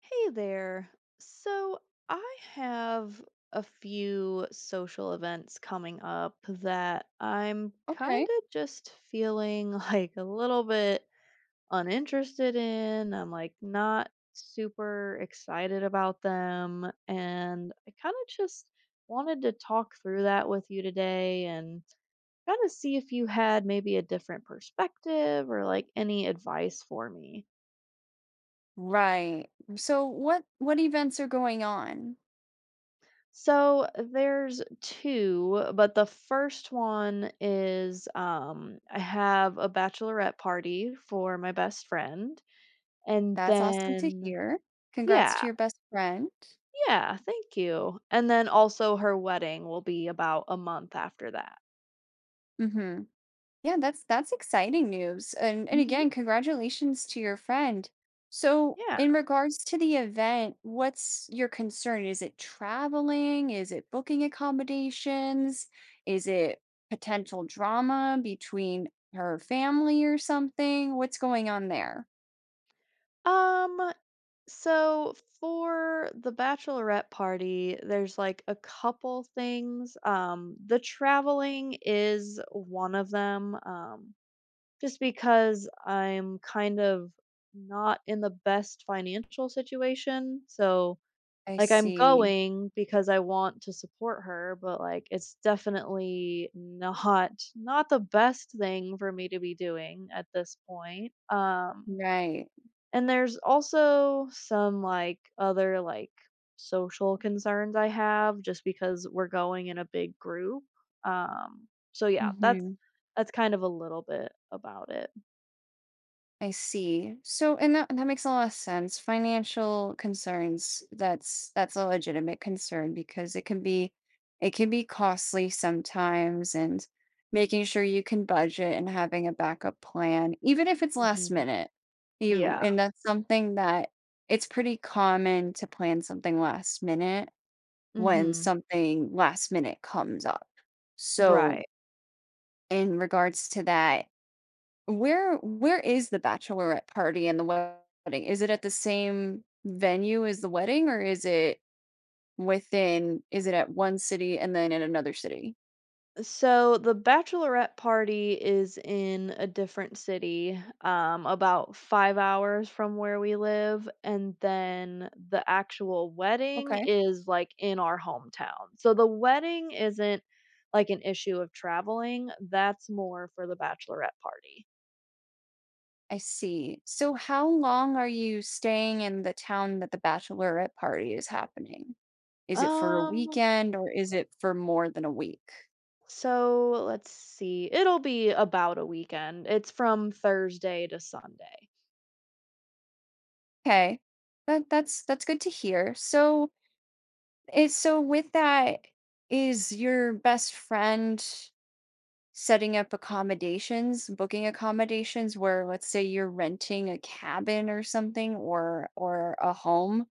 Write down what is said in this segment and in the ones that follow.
Hey there. So I have a few social events coming up that I'm Okay. kind of just feeling like a little bit uninterested in. I'm like not super excited about them. And I kind of just wanted to talk through that with you today and kind of see if you had maybe a different perspective or like any advice for me. Right. So what events are going on? So there's two, but the first one is I have a bachelorette party for my best friend. And That's awesome to then, hear. Congrats yeah, to your best friend. yeah, thank you. And then also her wedding will be about a month after that. Mhm. Yeah, that's exciting news. And Hmm. again, congratulations to your friend. So, Yeah. in regards to the event, what's your concern? Is it traveling? Is it booking accommodations? Is it potential drama between her family or something? What's going on there? Um, so for the bachelorette party, there's like a couple things. The traveling is one of them. Just because I'm kind of not in the best financial situation. So, I like, I'm see. going because I want to support her, but like, it's definitely not the best thing for me to be doing at this point. Right. And there's also some like other like social concerns I have just because we're going in a big group. So yeah, that's Mhm. that's kind of a little bit about I see. So, and that makes a lot of sense. Financial concerns, that's a legitimate concern because it can be costly sometimes, and making sure you can budget and having a backup plan, even if it's last it. minute. You Yeah. and that's something that it's pretty common to plan something last minute when Mhm. something last minute comes up. So, Right. in regards to that, where is the bachelorette party and the wedding? Is it at the same venue as the wedding, or is it within is it at one city and then in another city? So the bachelorette party is in a different city, about 5 hours from where we live, and then the actual wedding Okay, is, like, in our hometown. So the wedding isn't, like, an issue of traveling, that's more for the bachelorette party. I see. So how long are you staying in the town that the bachelorette party is happening? Is it for a Um, weekend, or is it for more than a week? so let's see, it'll be about a weekend. It's from Thursday to Sunday. Okay. That's good to hear. So with that, is your best friend setting up accommodations, booking accommodations, where let's say you're renting a cabin or something, or a home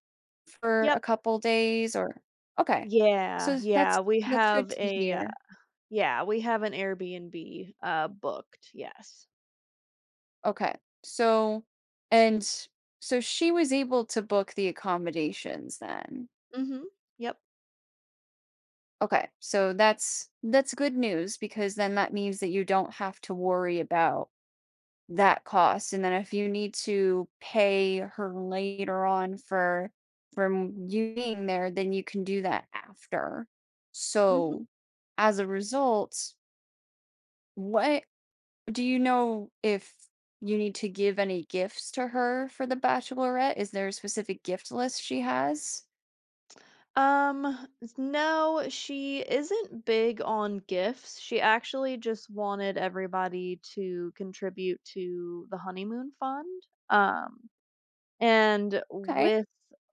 for a Yep. couple days, or okay. Yeah, So that's yeah, we that's good have to hear. We have an Airbnb, booked, yes. Okay. So and so she was able to book the accommodations then. Mhm, yep, Okay. So that's good news, because then that means that you don't have to worry about that cost, and then if you need to pay her later on for from you being there, then you can do that after. mhm. So, as a result, what do you know if you need to give any gifts to her for the bachelorette? Is there a specific gift list she has? Um, no, she isn't big on gifts, she actually just wanted everybody to contribute to the honeymoon fund. Um And Okay, with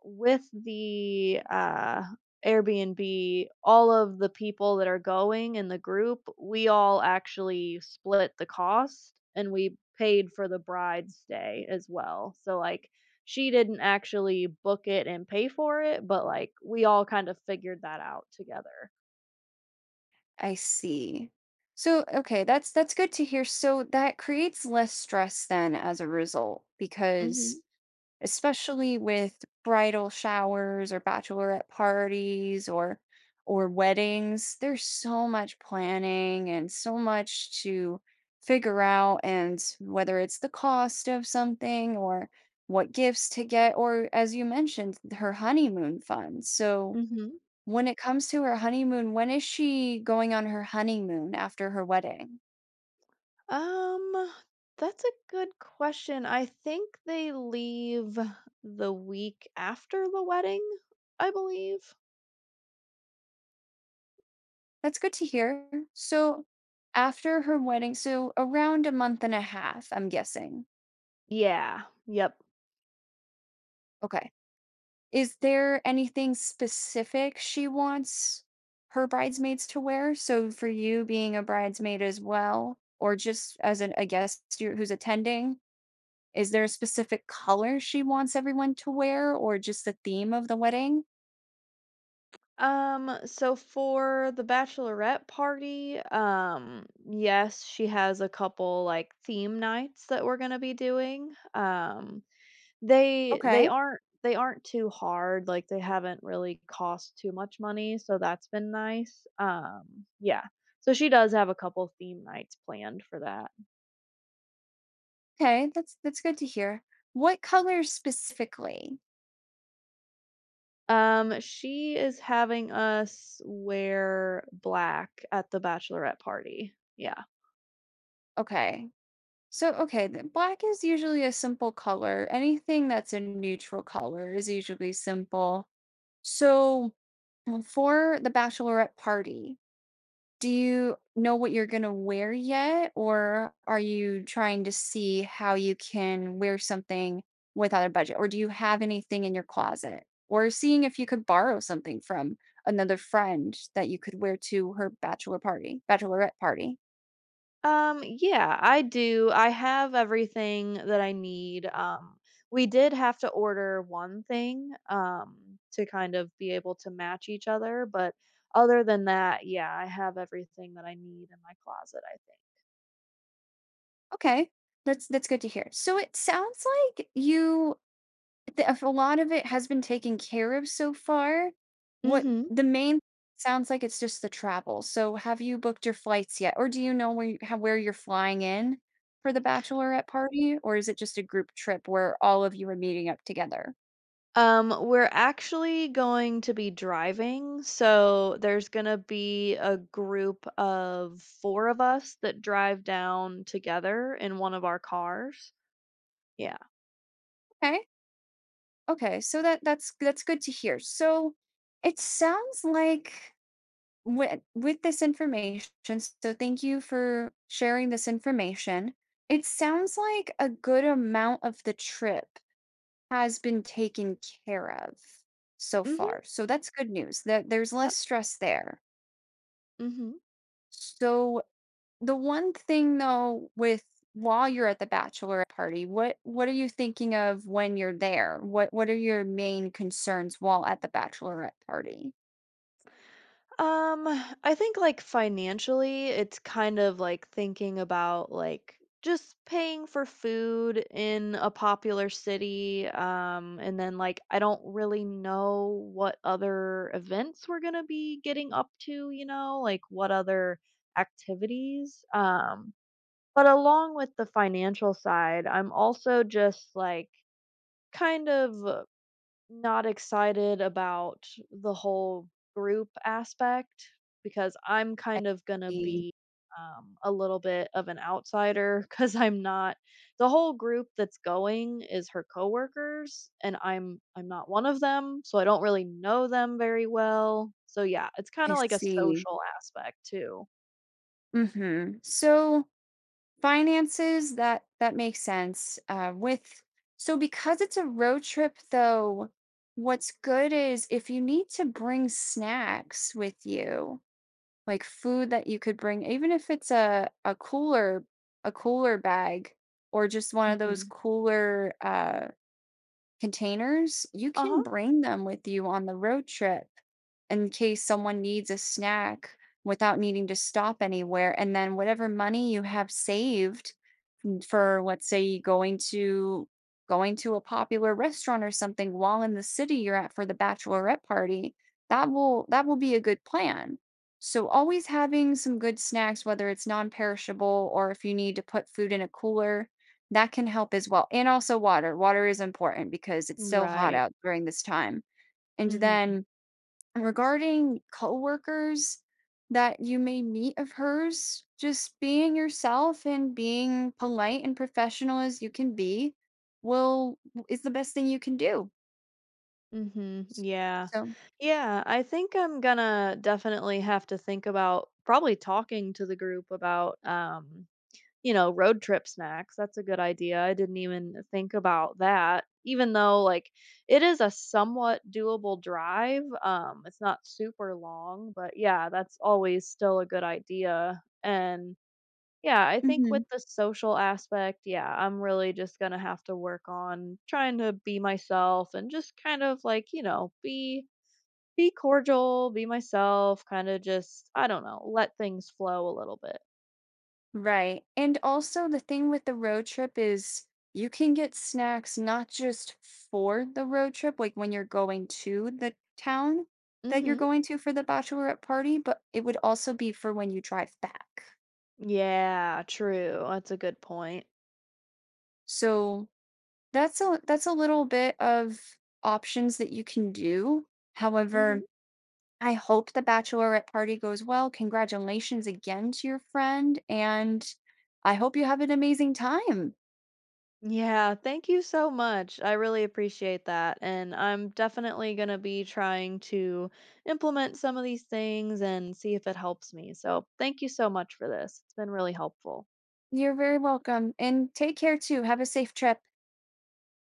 the Airbnb, all of the people that are going in the group, we all actually split the cost, and we paid for the bride's stay as well. So, like, she didn't actually book it and pay for it, but, like, we all kind of figured that out together. I see. So, okay, that's good to hear. So that creates less stress then as a result, because Mhm, especially with bridal showers or bachelorette parties or weddings, there's so much planning and so much to figure out, and whether it's the cost of something or what gifts to get, or as you mentioned, her honeymoon fund. So mhm. when it comes to her honeymoon, when is she going on her honeymoon after her wedding? Um, that's a good question. I think they leave the week after the wedding, I believe. That's good to hear. So after her wedding, so around a month and a half, I'm guessing. Yeah. Yep. Okay. Is there anything specific she wants her bridesmaids to wear? So for you being a bridesmaid as well, or just as a guest who's attending, is there a specific color she wants everyone to wear, or just the theme of the wedding? So for the bachelorette party, yes, she has a couple like theme nights that we're gonna be doing. Um, They they Okay. aren't they aren't too hard, like, they haven't really cost too much money, so that's been nice, yeah. So she does have a couple theme nights planned for that. Okay, that's good to hear. What color specifically? She is having us wear black at the bachelorette party, yeah. Okay. So, okay, the black is usually a simple color. Anything that's a neutral color is usually simple. So, well, for the bachelorette party, do you know what you're gonna wear yet, or are you trying to see how you can wear something without a budget? Or do you have anything in your closet? Or seeing if you could borrow something from another friend that you could wear to her bachelorette party. Yeah, I do. I have everything that I need. We did have to order one thing, to kind of be able to match each other, but other than that, yeah, I have everything that I need in my closet, I think. Okay. That's good to hear. So it sounds like you The if a lot of it has been taken care of so far, what Hmm. the main sounds like it's just the travel. So have you booked your flights yet? Or do you know where you're flying in for the bachelorette party? Or is it just a group trip where all of you are meeting up together? We're actually going to be driving, so there's gonna be a group of four of us that drive down together in one of our cars. Yeah. Okay. Okay. So that's good to hear. So it sounds like, with this information, so thank you for sharing this information. It sounds like a good amount of the trip has been taken care of so Hmm. far. So that's good news that there's Yep. less stress there. Hmm. So the one thing, though, with while you're at the bachelorette party, what are you thinking of when you're there? What are your main concerns while at the bachelorette party? Um, I think like financially, it's kind of like thinking about like just paying for food in a popular city. And then like I don't really know what other events we're gonna be getting up to, like what other activities. But along with the financial side, I'm also just like kind of not excited about the whole group aspect because I'm I kind of gonna see. be, a little bit of an outsider because 'cause I'm not. The whole group that's going is her coworkers, and I'm not one of them, so I don't really know them very well. So, yeah, it's I kinda like a see. social aspect too. Mhm. So, finances, that makes sense. With so because it's a road trip, though, what's good is if you need to bring snacks with you, like food that you could bring, even if it's a cooler bag, or just one of those Mhm. cooler containers, you can Uh-huh. bring them with you on the road trip in case someone needs a snack without needing to stop anywhere. And then whatever money you have saved, for, let's say, going to a popular restaurant or something while in the city you're at for the bachelorette party, that will be a good plan. So always having some good snacks, whether it's non-perishable or if you need to put food in a cooler, that can help as well, and also water. Water is important because it's so hot Right. out during this time. And Mhm. then, regarding coworkers that you may meet of hers, just being yourself and being polite and professional as you can be will is the best thing you can do. Mhm. Yeah. So, Yeah, I think I'm gonna definitely have to think about probably talking to the group about, road trip snacks. That's a good idea. I didn't even think about that. Even though like it is a somewhat doable drive, it's not super long, but yeah, that's always still a good idea. And yeah, I think with mhm. the social aspect, yeah, I'm really just going to have to work on trying to be myself and just kind of like, be cordial, be myself, kind of just, I don't know, let things flow a little bit. Right. And also, the thing with the road trip is, you can get snacks not just for the road trip, like when you're going to the town that you're Mhm. going to for the bachelorette party, but it would also be for when you drive back. Yeah, true. That's a good point. So that's a little bit of options that you can do. However, Mhm. I hope the bachelorette party goes well. Congratulations again to your friend, and I hope you have an amazing time. Yeah, thank you so much. I really appreciate that. And I'm definitely going to be trying to implement some of these things and see if it helps me. So, thank you so much for this. It's been really helpful. You're very welcome, and take care too. Have a safe trip.